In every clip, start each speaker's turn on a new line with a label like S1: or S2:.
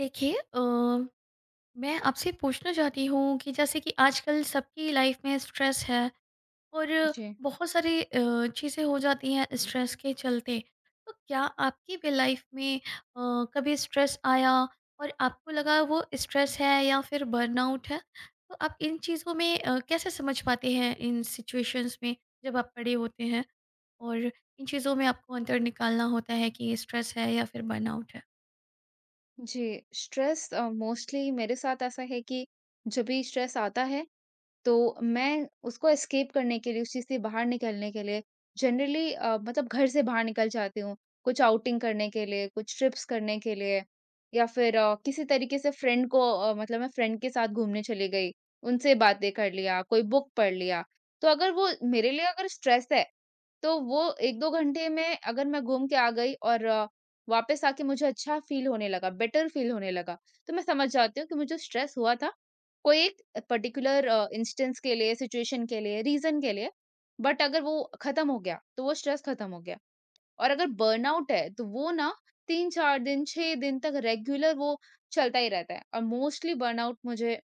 S1: देखिए मैं आपसे पूछना चाहती हूँ कि जैसे कि आजकल सबकी लाइफ में स्ट्रेस है और
S2: जी,
S1: बहुत सारी चीज़ें हो जाती हैं स्ट्रेस के चलते। तो क्या आपकी भी लाइफ में कभी स्ट्रेस आया और आपको लगा वो स्ट्रेस है या फिर बर्नआउट है? तो आप इन चीज़ों में कैसे समझ पाते हैं इन सिचुएशंस में जब आप पड़े होते हैं और इन चीज़ों में आपको अंतर निकालना होता है कि ये स्ट्रेस है या फिर बर्नआउट है?
S2: जी। स्ट्रेस मोस्टली मेरे साथ ऐसा है कि जब भी स्ट्रेस आता है, तो मैं उसको एस्केप करने के लिए, उस चीज़ से बाहर निकलने के लिए जनरली मतलब घर से बाहर निकल जाती हूँ। कुछ आउटिंग करने के लिए, कुछ ट्रिप्स करने के लिए या फिर किसी तरीके से फ्रेंड को मतलब मैं फ्रेंड के साथ घूमने चली गई, उनसे बातें कर लिया, कोई बुक पढ़ लिया। तो अगर वो मेरे लिए अगर स्ट्रेस है, तो वो 1-2 घंटे में अगर मैं घूम के आ गई और वापस आके मुझे अच्छा फ़ील होने लगा, बेटर फ़ील होने लगा, तो मैं समझ जाती हूँ कि मुझे स्ट्रेस हुआ था। कोई एक पर्टिकुलर इंस्टेंस के लिए, सिचुएशन के लिए, रीज़न के लिए, बट अगर वो खत्म हो गया, तो वो स्ट्रेस खत्म हो गया। और अगर बर्नआउट है, तो वो ना 3-4 दिन, 6 दिन तक रेगुलर वो चलता ही रहता है और मोस्टली बर्नआउट मुझे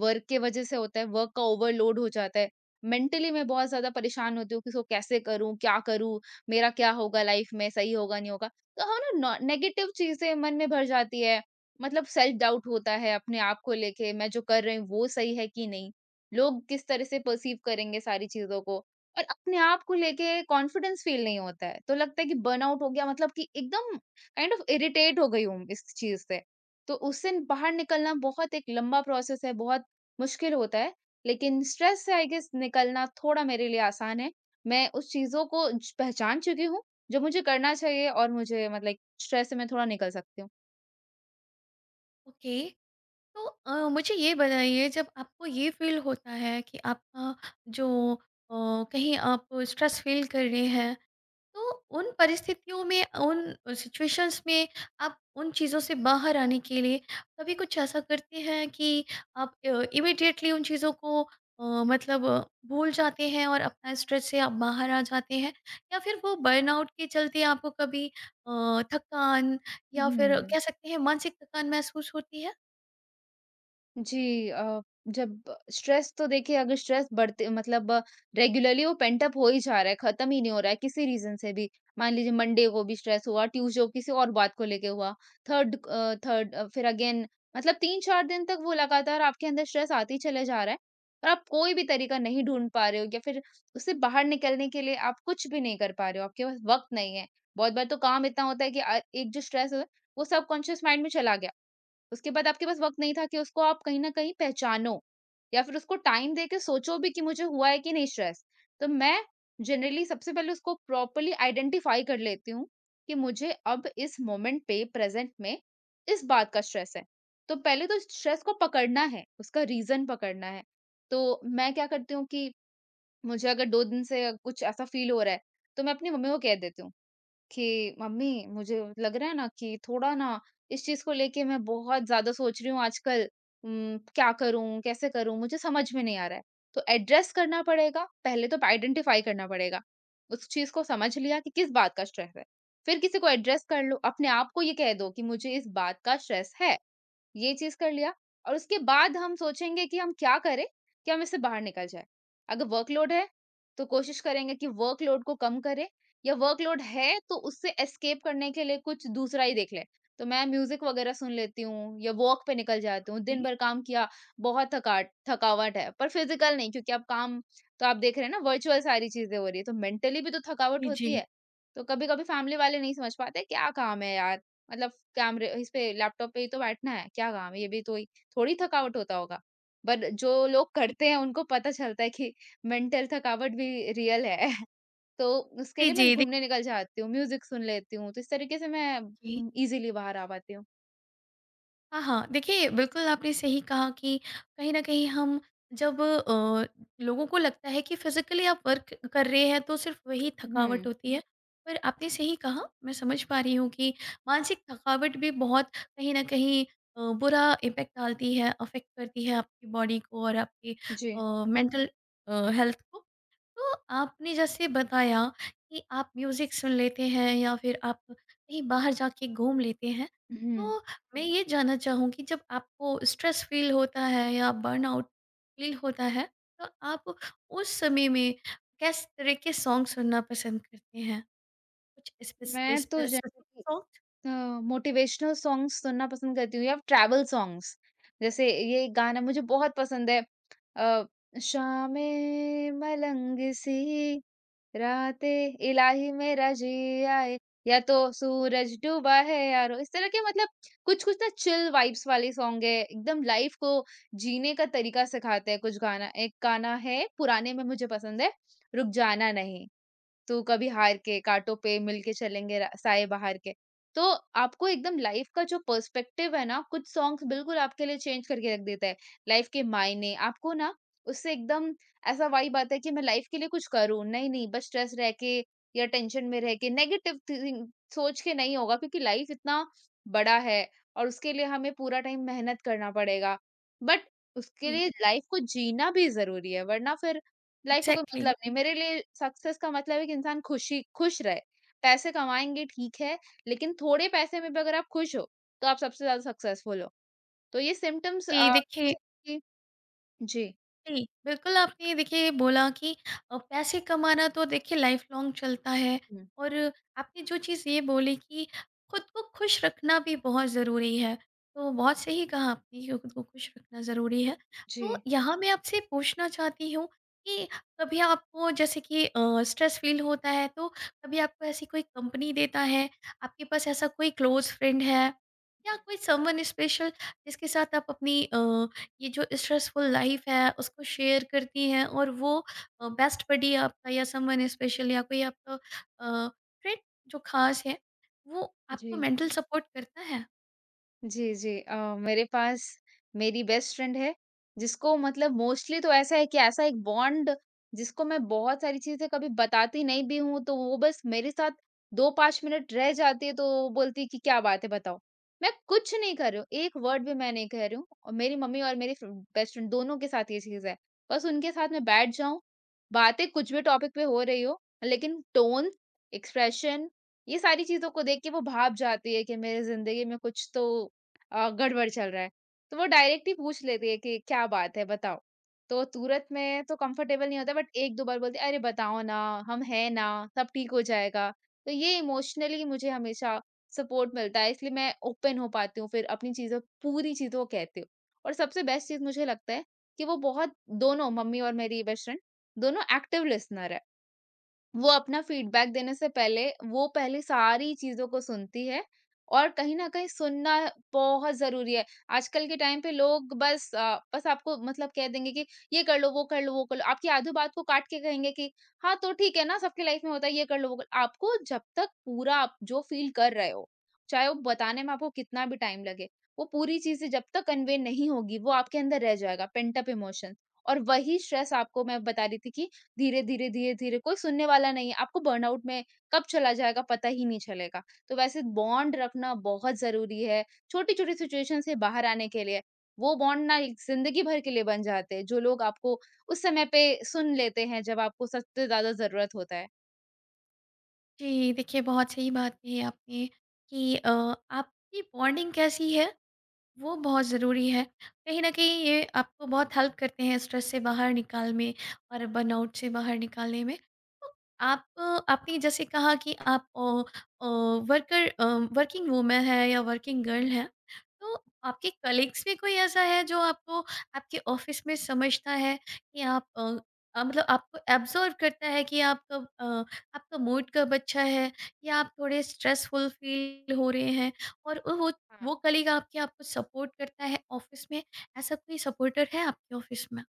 S2: वर्क के वजह से होता है, वर्क का ओवरलोड हो जाता है। मेंटली मैं बहुत ज़्यादा परेशान होती हूँ कि इसको कैसे करूँ, क्या करूँ, मेरा क्या होगा लाइफ में, सही होगा, नहीं होगा। तो हाँ ना, नॉ नेगेटिव चीज़ें मन में भर जाती है, मतलब सेल्फ डाउट होता है अपने आप को लेके, मैं जो कर रही हूँ वो सही है कि नहीं? लोग किस तरह से पर्सीव करेंगे सारी चीज़ों को? और अपने आप को लेके कॉन्फिडेंस फील नहीं होता है, तो लगता है कि बर्नआउट हो गया मतलब कि एकदम काइंड ऑफ इरिटेट हो गई हूँ इस चीज़ से। तो उससे बाहर निकलना बहुत एक लंबा प्रोसेस है, बहुत मुश्किल होता है। लेकिन स्ट्रेस से आई गेस निकलना थोड़ा मेरे लिए आसान है। मैं उस चीज़ों को ज पहचान चुकी हूँ, जो मुझे करना चाहिए और मुझे मतलब स्ट्रेस से मैं थोड़ा निकल सकती हूँ।
S1: ओके। तो मुझे ये बताइए, जब आपको ये फ़ील होता है कि आपका जो अ, कहीं आप स्ट्रेस फ़ील कर रहे हैं, तो उन परिस्थितियों में, उन सिचुएशंस में आप उन चीज़ों से बाहर आने के लिए कभी कुछ ऐसा करते हैं कि आप इमीडिएटली उन चीज़ों को मतलब अ, भूल जाते हैं और अपना स्ट्रेस से आप बाहर आ जाते हैं? या फिर वो बर्नआउट के चलते आपको कभी थकान या फिर
S2: हुँ।
S1: कह सकते हैं मानसिक थकान महसूस होती
S2: जी, जब स्ट्रेस तो देखिए अगर स्ट्रेस बढ़ते मतलब रेगुलरली वो पेंट अप हो ही जा रहा है, खत्म ही नहीं हो रहा है किसी रीजन से भी। मान लीजिए मंडे को भी स्ट्रेस हुआ, ट्यूसडे को किसी और बात को लेके हुआ, फिर अगेन मतलब 3-4 दिन तक वो लगातार आपके अंदर स्ट्रेस आते ही चले जा रहा है और आप कोई भी तरीका नहीं ढूँढ पा रहे हो या फिर उससे बाहर निकलने के लिए आप कुछ भी नहीं कर पा रहे हो, आपके पास वक़्त नहीं है। बहुत बार तो काम इतना होता है कि एक जो स्ट्रेस है वो सबकॉन्शियस माइंड में चला गया। उसके बाद आपके पास वक़्त नहीं था कि उसको आप कहीं न कहीं पहचानो या फिर उसको टाइम दे के सोचो भी कि मुझे हुआ है कि नहीं स्ट्रेस। तो मैं जनरली सबसे पहले उसको प्रॉपर्ली आइडेंटिफ़ाई कर लेती हूँ कि मुझे अब इस मोमेंट पे प्रेज़ेंट में इस बात का स्ट्रेस है। तो पहले तो स्ट्रेस को पकड़ना है, उसका रीज़न पकड़ना है। तो मैं क्या करती हूँ कि मुझे अगर 2 दिन से कुछ ऐसा फ़ील हो रहा है, तो मैं अपनी मम्मी को कह देती हूँ। कि मम्मी मुझे लग रहा है ना कि थोड़ा ना इस चीज को लेके मैं बहुत ज्यादा सोच रही हूँ आजकल, क्या करूं कैसे करूं मुझे समझ में नहीं आ रहा है। तो एड्रेस करना पड़ेगा, पहले तो आइडेंटिफाई करना पड़ेगा। उस चीज को समझ लिया कि किस बात का स्ट्रेस है, फिर किसी को एड्रेस कर लो, अपने आप को ये कह दो कि मुझे इस बात का स्ट्रेस है, ये चीज़ कर लिया। और उसके बाद हम सोचेंगे कि हम क्या करें कि हम इससे बाहर निकल जाएँ। अगर वर्कलोड है, तो कोशिश करेंगे कि वर्कलोड को कम करें या वर्कलोड है तो उससे एस्केप करने के लिए कुछ दूसरा ही देख लें। तो मैं म्यूज़िक वग़ैरह सुन लेती हूँ या वॉक पे निकल जाती हूँ। दिन
S1: है?
S2: भर काम किया, बहुत थकाट थकावट है पर फ़िज़िकल नहीं, क्योंकि अब काम तो आप देख रहे हैं ना वर्चुअल सारी चीज़ें हो रही है, तो मेंटली भी तो थकावट
S1: जी,
S2: होती
S1: जी।
S2: है। तो कभी-कभी फ़ैमिली वाले नहीं समझ पाते क्या काम है यार? मतलब कैमरे इस पे लैपटॉप पे ही तो बैठना है, क्या काम है? ये भी तो ही थोड़ी थकावट होता होगा। बट जो लोग
S1: जी,
S2: करते हैं उनको पता चलता है कि मेंटल थकावट भी रियल है। तो उसके
S1: जी,
S2: लिए मैं
S1: जी,
S2: घूमने निकल जाती हूँ, म्यूज़िक सुन लेती हूँ, तो इस तरीके से मैं
S1: देखिए
S2: ईज़िली बाहर आ पाती हूँ।
S1: हाँ, हाँ, देखिए बिल्कुल आपने सही कहा कि कहीं न कहीं हम जब लोगों को लगता है कि फिज़िकली आप वर्क कर रहे हैं तो सिर्फ़ वही थकावट
S2: हुँ,
S1: होती है। पर आपने सही कहा, मैं समझ पा रही हूँ कि मानसिक थकावट भी बहुत कहीं न कहीं बुरा इम्पैक्ट डालती है, अफ़ेक्ट करती है आपकी बॉडी को और आपकी
S2: जी।
S1: मेंटल हेल्थ को। तो आपने जैसे बताया कि आप म्यूजिक सुन लेते हैं या फिर आप कहीं बाहर जाके घूम लेते हैं,
S2: हुँ,
S1: तो मैं ये जानना चाहूँगी, जब आपको स्ट्रेस फील होता है या बर्नआउट फील होता है तो आप उस समय में किस तरह के सॉन्ग सुनना पसंद करते हैं? कुछ
S2: मैं तो
S1: स्पेसिफिक सॉन्ग?
S2: अ, मोटिवेशनल सॉन्ग्स सुनना पसंद करती हूँ या ट्रैवल सॉन्ग्स। जैसे ये गाना मुझे बहुत पसंद है, अ, "शामें मलंग सी, राते इलाही मेरा जी आए, या तो सूरज डूबा है यारो।" इस तरह के मतलब कुछ-कुछ ना चिल वाइब्स वाले सॉन्ग है। एकदम लाइफ को जीने का तरीका सिखाते हैं कुछ गाना। एक गाना है पुराने में मुझे पसंद है, "रुक जाना नहीं।" तू कभी हार के, काँटों पे मिलके चलेंगे रा साए बहार के। तो आपको एकदम लाइफ़ का जो पर्सपेक्टिव है ना, कुछ सॉन्ग्स बिल्कुल आपके लिए चेंज करके रख देता है। लाइफ़ के मायने आपको ना उससे एकदम ऐसा वाइब आता है कि मैं लाइफ़ के लिए कुछ करूँ। नहीं, नहीं बस स्ट्रेस रह के या टेंशन में रह के नेगेटिव थिंक सोच के नहीं होगा, क्योंकि लाइफ़ इतना बड़ा है और उसके लिए हमें पूरा टाइम मेहनत करना पड़ेगा। बट उसके
S1: जी,
S2: लिए लाइफ़ को जीना भी ज़रूरी है, वरना फिर लाइफ का कोई
S1: एग्जैक्टली, exactly.
S2: मतलब नहीं। मेरे लिए सक्सेस का मतलब है कि इंसान खुशी खुश रहे। पैसे कमाएँगे ठीक है, लेकिन थोड़े पैसे में भी अगर आप खुश हो, तो आप सबसे ज़्यादा सक्सेसफुल हो। तो ये सिम्पटम्स
S1: जी देखिए,
S2: जी।
S1: जी, बिल्कुल आपने देखिए बोला कि पैसे कमाना तो देखिए लाइफ लॉन्ग चलता है
S2: हुँ,
S1: और आपने जो चीज़ ये बोली कि खुद को खुश रखना भी बहुत ज़रूरी है। तो बहुत सही कहा आपने कि खुद को खुश रखना ज़रूरी है। तो
S2: जी।
S1: यहाँ मैं आपसे पूछना चाहती हूँ कि कभी आपको, जैसे कि स्ट्रेस फील होता है, तो कभी आपको ऐसी कोई कंपनी देता है? आपके पास ऐसा कोई क्लोज फ्रेंड है या
S2: हुँ,
S1: कोई समवन स्पेशल जिसके साथ आप अपनी ये जो स्ट्रेसफुल लाइफ है उसको शेयर करती हैं, और वो बेस्ट बडी आपका या समवन स्पेशल या कोई आपका फ्रेंड जो खास है, वो आपको
S2: जी।
S1: मेंटल सपोर्ट करता है?
S2: जी, जी। मेरे पास मेरी बेस्ट फ्रेंड है, जिसको मतलब मोस्टली तो ऐसा है कि ऐसा एक बॉन्ड जिसको मैं बहुत सारी चीज़ें कभी बताती नहीं भी हूँ, तो वो बस मेरे साथ 2-5 मिनट रह जाती है, तो वो बोलती है कि क्या बात है बताओ। मैं कुछ नहीं कर रही हूँ, एक वर्ड भी मैं नहीं कह रही हूँ, और मेरी मम्मी और मेरी फ्र बेस्ट फ्रेंड दोनों के साथ ये चीज़ है। बस उनके साथ मैं बैठ जाऊँ, बातें कुछ भी टॉपिक पे हो रही हो, लेकिन टोन, एक्सप्रेशन, ये सारी चीज़ों को देख के वो भाप जाती है कि मेरी ज़िंदगी में कुछ तो गड़बड़ चल रहा है, तो वो डायरेक्ट ही पूछ लेती है कि क्या बात है बताओ? तो तुरंत में तो कंफर्टेबल नहीं होता, बट 1-2 बार बोलती है, "अरे बताओ ना, हम हैं ना, सब ठीक हो जाएगा।" तो ये इमोशनली मुझे हमेशा सपोर्ट मिलता है, इसलिए मैं ओपन हो पाती हूँ, फिर अपनी चीज़ों पूरी चीज़ों को कहती हूँ। और सबसे बेस्ट चीज़ मुझे लगता है कि वो बहुत, दोनों मम्मी और मेरी बेस्ट फ्रेंड, दोनों एक्टिव लिसनर है। वो अपना फीडबैक देने से पहले वो पहले सारी चीज़ों को सुनती है, और कहीं न कहीं सुनना बहुत ज़रूरी है। आजकल के टाइम पे लोग बस बस आपको मतलब कह देंगे कि ये कर लो, वो कर लो, वो कर लो। आपकी आधी बात को काट के कहेंगे कि हाँ, तो ठीक है ना, सबकी लाइफ में होता है, ये कर लो, वो कर लो। आपको जब तक पूरा आप जो फ़ील कर रहे हो, चाहे वो बताने में आपको कितना भी टाइम लगे, वो पूरी चीज़ें जब तक कन्वे नहीं होगी, वो आपके अंदर रह जाएगा, पिंट अप इमोशन, और वही स्ट्रेस आपको मैं बता रही थी कि धीरे, धीरे, धीरे, धीरे कोई सुनने वाला नहीं है, आपको बर्नआउट में कब चला जाएगा पता ही नहीं चलेगा। तो वैसे बॉन्ड रखना बहुत ज़रूरी है, छोटी-छोटी सिचुएशन से बाहर आने के लिए। वो बॉन्ड ना एक ज़िंदगी भर के लिए बन जाते हैं, जो लोग आपको उस समय पे सुन लेते हैं जब आपको सबसे ज़्यादा ज़रूरत होता है।
S1: जी देखिए, बहुत सही बात कही आपने कि आपकी बॉन्डिंग कैसी है, वो बहुत ज़रूरी है। कहीं न कहीं ये आपको बहुत हेल्प करते हैं स्ट्रेस से बाहर निकाल में और बर्नआउट से बाहर निकालने में। तो आप आपने जैसे कहा कि आप अ, वर्कर वर्किंग वूमेन है या वर्किंग गर्ल हैं, तो आपके कलीग्स में कोई ऐसा है जो आपको आपके ऑफ़िस में समझता है कि आप मतलब आपको एब्ज़ॉर्ब करता है कि आप कब आपका मूड कब अच्छा है या आप थोड़े स्ट्रेसफुल फ़ील हो रहे हैं, और वो
S2: हाँ।
S1: वो कलीग आपके आपको सपोर्ट करता है ऑफिस में? ऐसा कोई सपोर्टर है आपके ऑफिस में?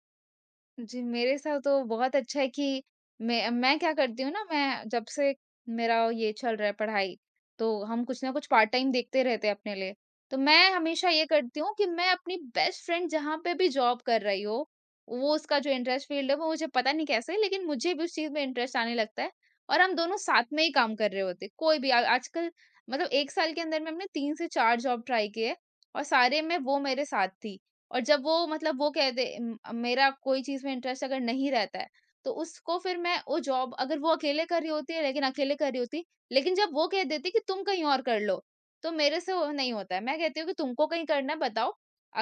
S2: जी, मेरे साथ तो बहुत अच्छा है कि मैं क्या करती हूँ ना, मैं जब से मेरा ये चल रहा है पढ़ाई, तो हम कुछ ना कुछ पार्ट टाइम देखते रहते हैं अपने लिए। तो मैं हमेशा ये करती हूँ कि मैं अपनी बेस्ट फ्रेंड जहाँ पे भी जॉब कर रही हो, वो उसका जो इंटरेस्ट फील्ड है वो मुझे पता नहीं कैसे, लेकिन मुझे भी उस चीज़ में इंटरेस्ट आने लगता है और हम दोनों साथ में ही काम कर रहे होते हैं। कोई भी आ आजकल मतलब 1 साल के अंदर में हमने 3 से 4 जॉब ट्राई किए, और सारे में वो मेरे साथ थी। और जब वो मतलब वो कह दे म मेरा कोई चीज़ में इंटरेस्ट अगर नहीं रहता है, तो उसको फिर मैं वो जॉब अगर वो अकेले कर रही होती है लेकिन अकेले कर रही होती, लेकिन जब वो कह देती कि तुम कहीं और कर लो, तो मेरे से वो नहीं होता है। मैं कहती हूँ कि तुमको कहीं करना है बताओ,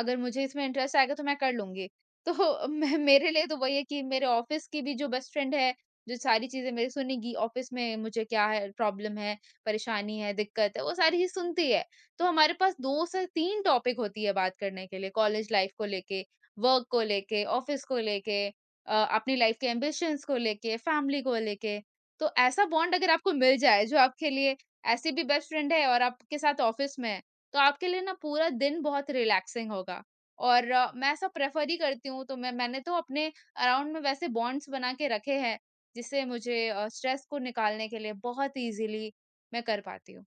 S2: अगर मुझे इसमें इंटरेस्ट आएगा तो मैं कर लूँगी। तो मैं मेरे लिए तो वही है कि मेरे ऑफ़िस की भी जो बेस्ट फ्रेंड है, जो सारी चीज़ें मेरी सुनेगी ऑफ़िस में मुझे क्या है, प्रॉब्लम है, परेशानी है, दिक्कत है, वो सारी चीज़ सुनती है। तो हमारे पास 2 से 3 टॉपिक होती है बात करने के लिए, कॉलेज लाइफ को लेके, वर्क को लेके, ऑफिस को लेके अपनी लाइफ के एम्बिशंस को लेके, फैमिली को लेके। तो ऐसा बॉन्ड अगर आपको मिल जाए जो आपके लिए ऐसे भी बेस्ट फ्रेंड है और आपके साथ ऑफिस में है, तो आपके लिए ना पूरा दिन बहुत रिलैक्सिंग होगा। और मैं ऐसा प्रेफ़र ही करती हूँ, तो मैंने तो अपने अराउंड में वैसे बॉन्ड्स बना के रखे हैं, जिससे मुझे स्ट्रेस को निकालने के लिए बहुत ईज़िली मैं कर पाती हूँ।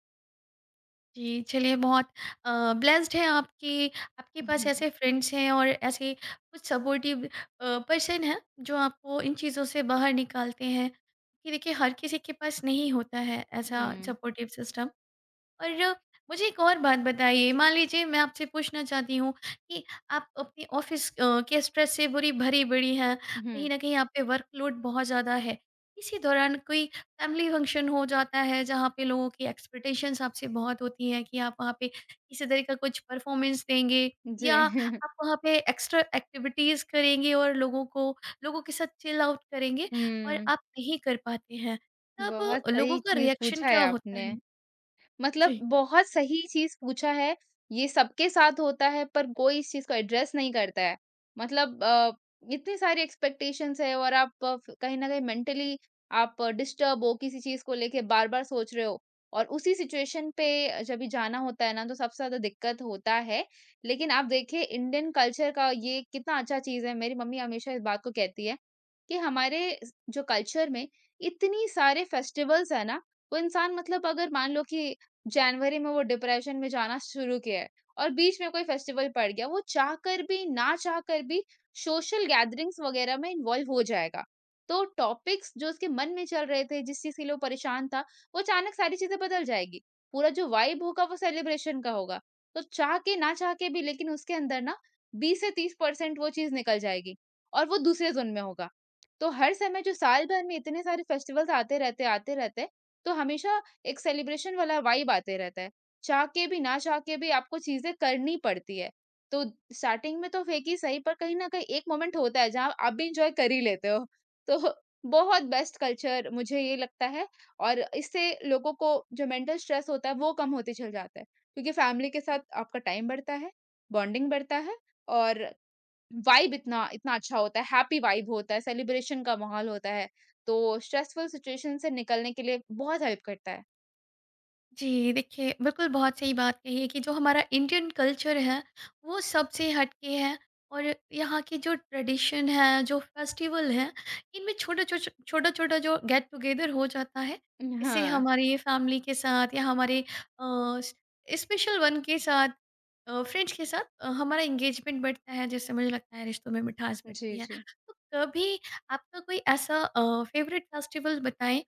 S1: जी, चलिए, बहुत ब्लेस्ड हैं आप कि आपके पास ऐसे फ्रेंड्स हैं और ऐसे कुछ सपोर्टिव पर्सन हैं जो आपको इन चीज़ों से बाहर निकालते हैं। कि देखिए, हर किसी के पास नहीं होता है ऐसा
S2: हुँ।
S1: Supportive system. और मुझे एक और बात बताइए, मान लीजिए मैं आपसे पूछना चाहती हूँ कि आप अपने ऑफ़िस के स्ट्रेस से बुरी भरी-पड़ी हैं,
S2: हुँ,
S1: कहीं न कहीं आप पे वर्कलोड बहुत ज़्यादा है। इसी दौरान कोई फैमिली फंक्शन हो जाता है, जहाँ पे लोगों की एक्सपेक्टेशंस आपसे बहुत होती हैं कि आप वहाँ पे किसी तरह का कुछ परफ़ॉर्मेंस देंगे
S2: जी।
S1: या आप वहाँ पे एक्स्ट्रा एक्टिविटीज़ करेंगे और लोगों को लोगों के साथ चिल आउट करेंगे, और
S2: हुँ,
S1: आप नहीं कर पाते हैं। तब
S2: बहुत
S1: लोगों
S2: सही
S1: का
S2: चीज़
S1: रिएक्शन
S2: पूछा
S1: क्या
S2: है
S1: होता
S2: आपने।
S1: है?
S2: मतलब
S1: जी।
S2: बहुत सही चीज़ पूछा है, ये सबके साथ होता है पर कोई इस चीज़ को एड्रेस नहीं करता है। मतलब इतनी सारी एक्सपेक्टेशंस है और आप अ, फ कहीं न कहीं मेंटली आप डिस्टर्ब हो, किसी चीज़ को लेके बार-बार सोच रहे हो और उसी सिचुएशन पे जब भी जाना होता है ना, तो सबसे ज़्यादा दिक्कत होता है। लेकिन आप देखिए इंडियन कल्चर का ये कितना अच्छा चीज़ है, मेरी मम्मी हमेशा इस बात को कहती है कि हमारे जो कल्चर में इतनी सारे फेस्टिवल्स है ना, वो इंसान मतलब अगर मान लो कि जनवरी में वो डिप्रेशन में जाना शुरू किया है और बीच में कोई फेस्टिवल पड़ गया वो चाह कर भी ना चाह कर भी सोशल गैदरिंग्स वगैरह में इन्वॉल्व हो जाएगा। तो टॉपिक्स जो उसके मन में चल रहे थे जिस चीज के लिए वो परेशान था वो अचानक सारी चीजें बदल जाएगी। पूरा जो वाइब होगा वो सेलिब्रेशन का होगा। तो चाह के ना चाह के भी लेकिन उसके अंदर ना 20 से 30 परसेंट वो चीज निकल जाएगी और वो दूसरे जोन में होगा। तो हर समय जो साल भर में इतने सारे फेस्टिवल्स आते रहते तो हमेशा एक सेलिब्रेशन वाला वाइब आते रहता है। चाह के भी, ना चाह के भी आपको चीज़ें करनी पड़ती है। तो स्टार्टिंग में तो फेंकी सही पर कहीं न कहीं एक मोमेंट होता है जहाँ आप भी एन्जॉय कर ही लेते हो। तो बहुत बेस्ट कल्चर मुझे ये लगता है और इससे लोगों को जो मेंटल स्ट्रेस होता है वो कम होते चल जाता है। क्योंकि फैमिली के साथ आपका टाइम बढ़ता है, बॉन्डिंग बढ़ता है और वाइब इतना इतना अच्छा होता है, हैप्पी वाइब होता है, सेलिब्रेशन का माहौल होता है। तो स्ट्रेसफुल सिचुएशन से निकलने के लिए बहुत हेल्प करता है।
S1: जी देखिए, बिल्कुल बहुत सही बात कही है कि जो हमारा इंडियन कल्चर है वो सबसे हटके है, और यहाँ की जो ट्रेडिशन है, जो फेस्टिवल है, इनमें छोटा छोटा छोटा छोटा जो गेट टुगेदर हो जाता है, इससे
S2: हाँ,
S1: हमारी फैमिली के साथ या हमारे स्पेशल वन के साथ, फ्रेंड्स के साथ हमारा एंगेजमेंट बढ़ता है, जिससे मुझे लगता है रिश्तों में मिठास
S2: जी,
S1: बढ़ती है।
S2: जी।
S1: तो कभी आपका कोई ऐसा फेवरेट फेस्टिवल बताएं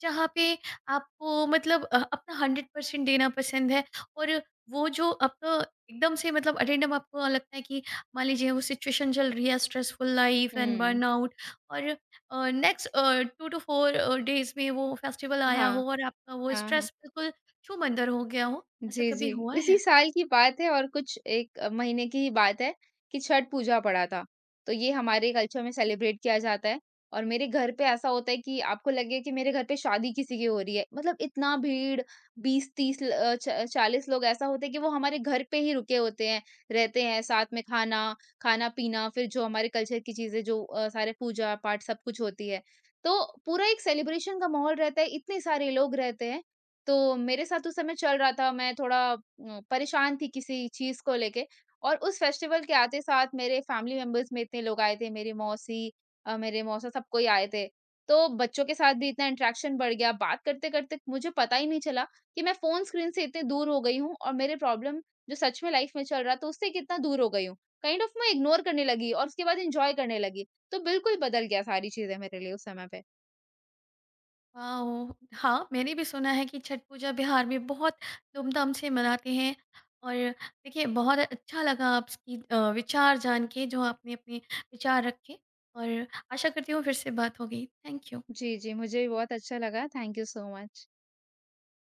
S1: जहाँ पे आपको मतलब अपना 100% देना पसंद है, और वो जो आपका एकदम से मतलब अटेंडम आपको लगता है कि मान लीजिए वो सिचुएशन चल रही है स्ट्रेसफुल लाइफ एंड
S2: हुँ,
S1: बर्नआउट और next to to four days में वो फेस्टिवल आया हो
S2: हाँ,
S1: और आपका वो
S2: हाँ, हाँ,
S1: स्ट्रेस बिल्कुल छूमंतर हो गया हो, ऐसा
S2: जी,
S1: कभी
S2: जी।
S1: हुआ
S2: इसी
S1: है?
S2: साल की बात है और कुछ 1 महीने की ही बात है कि छठ पूजा पड़ा था। तो ये हमारे कल्चर में सेलिब्रेट किया जाता है और मेरे घर पे ऐसा होता है कि आपको लगे कि मेरे घर पे शादी किसी की हो रही है। मतलब इतना भीड़ 20-30 ल अ, च 40 लोग ऐसा होते हैं कि वो हमारे घर पे ही रुके होते हैं, रहते हैं, साथ में खाना, खाना-पीना, फिर जो हमारे कल्चर की चीज़ें जो सारे पूजा-पाठ सब कुछ होती है। तो पूरा एक सेलिब्रेशन का माहौल रहता है, इतने सारे लोग रहते हैं। तो मेरे साथ उस समय चल रहा था, मैं थोड़ा परेशान थी किसी चीज़ को लेके और उस फेस्टिवल के आते साथ मेरे फैमिली मेंबर्स में इतने लोग आए थे, मेरी मौसी मेरे मौसा सब कोई आए थे। तो बच्चों के साथ भी इतना इंटरेक्शन बढ़ गया, बात करते-करते मुझे पता ही नहीं चला कि मैं फ़ोन स्क्रीन से इतने दूर हो गई हूँ और मेरे प्रॉब्लम जो सच में लाइफ़ में चल रहा था, उससे कितना दूर हो गई हूँ। काइंड ऑफ मैं इग्नोर करने लगी और उसके बाद एन्जॉय करने लगी। तो बिल्कुल बदल गया सारी चीज़ें मेरे लिए उस समय पे।
S1: वाओ! हाँ, मैंने भी सुना है कि छठ पूजा बिहार में बहुत धूमधाम से मनाते हैं, और देखिए बहुत अच्छा लगा आपकी विचार जान के जो आपने अपने विचार रखे, और आशा करती हूँ फिर से बात होगी। Thank you.
S2: जी, जी, मुझे भी बहुत अच्छा लगा। Thank you so much.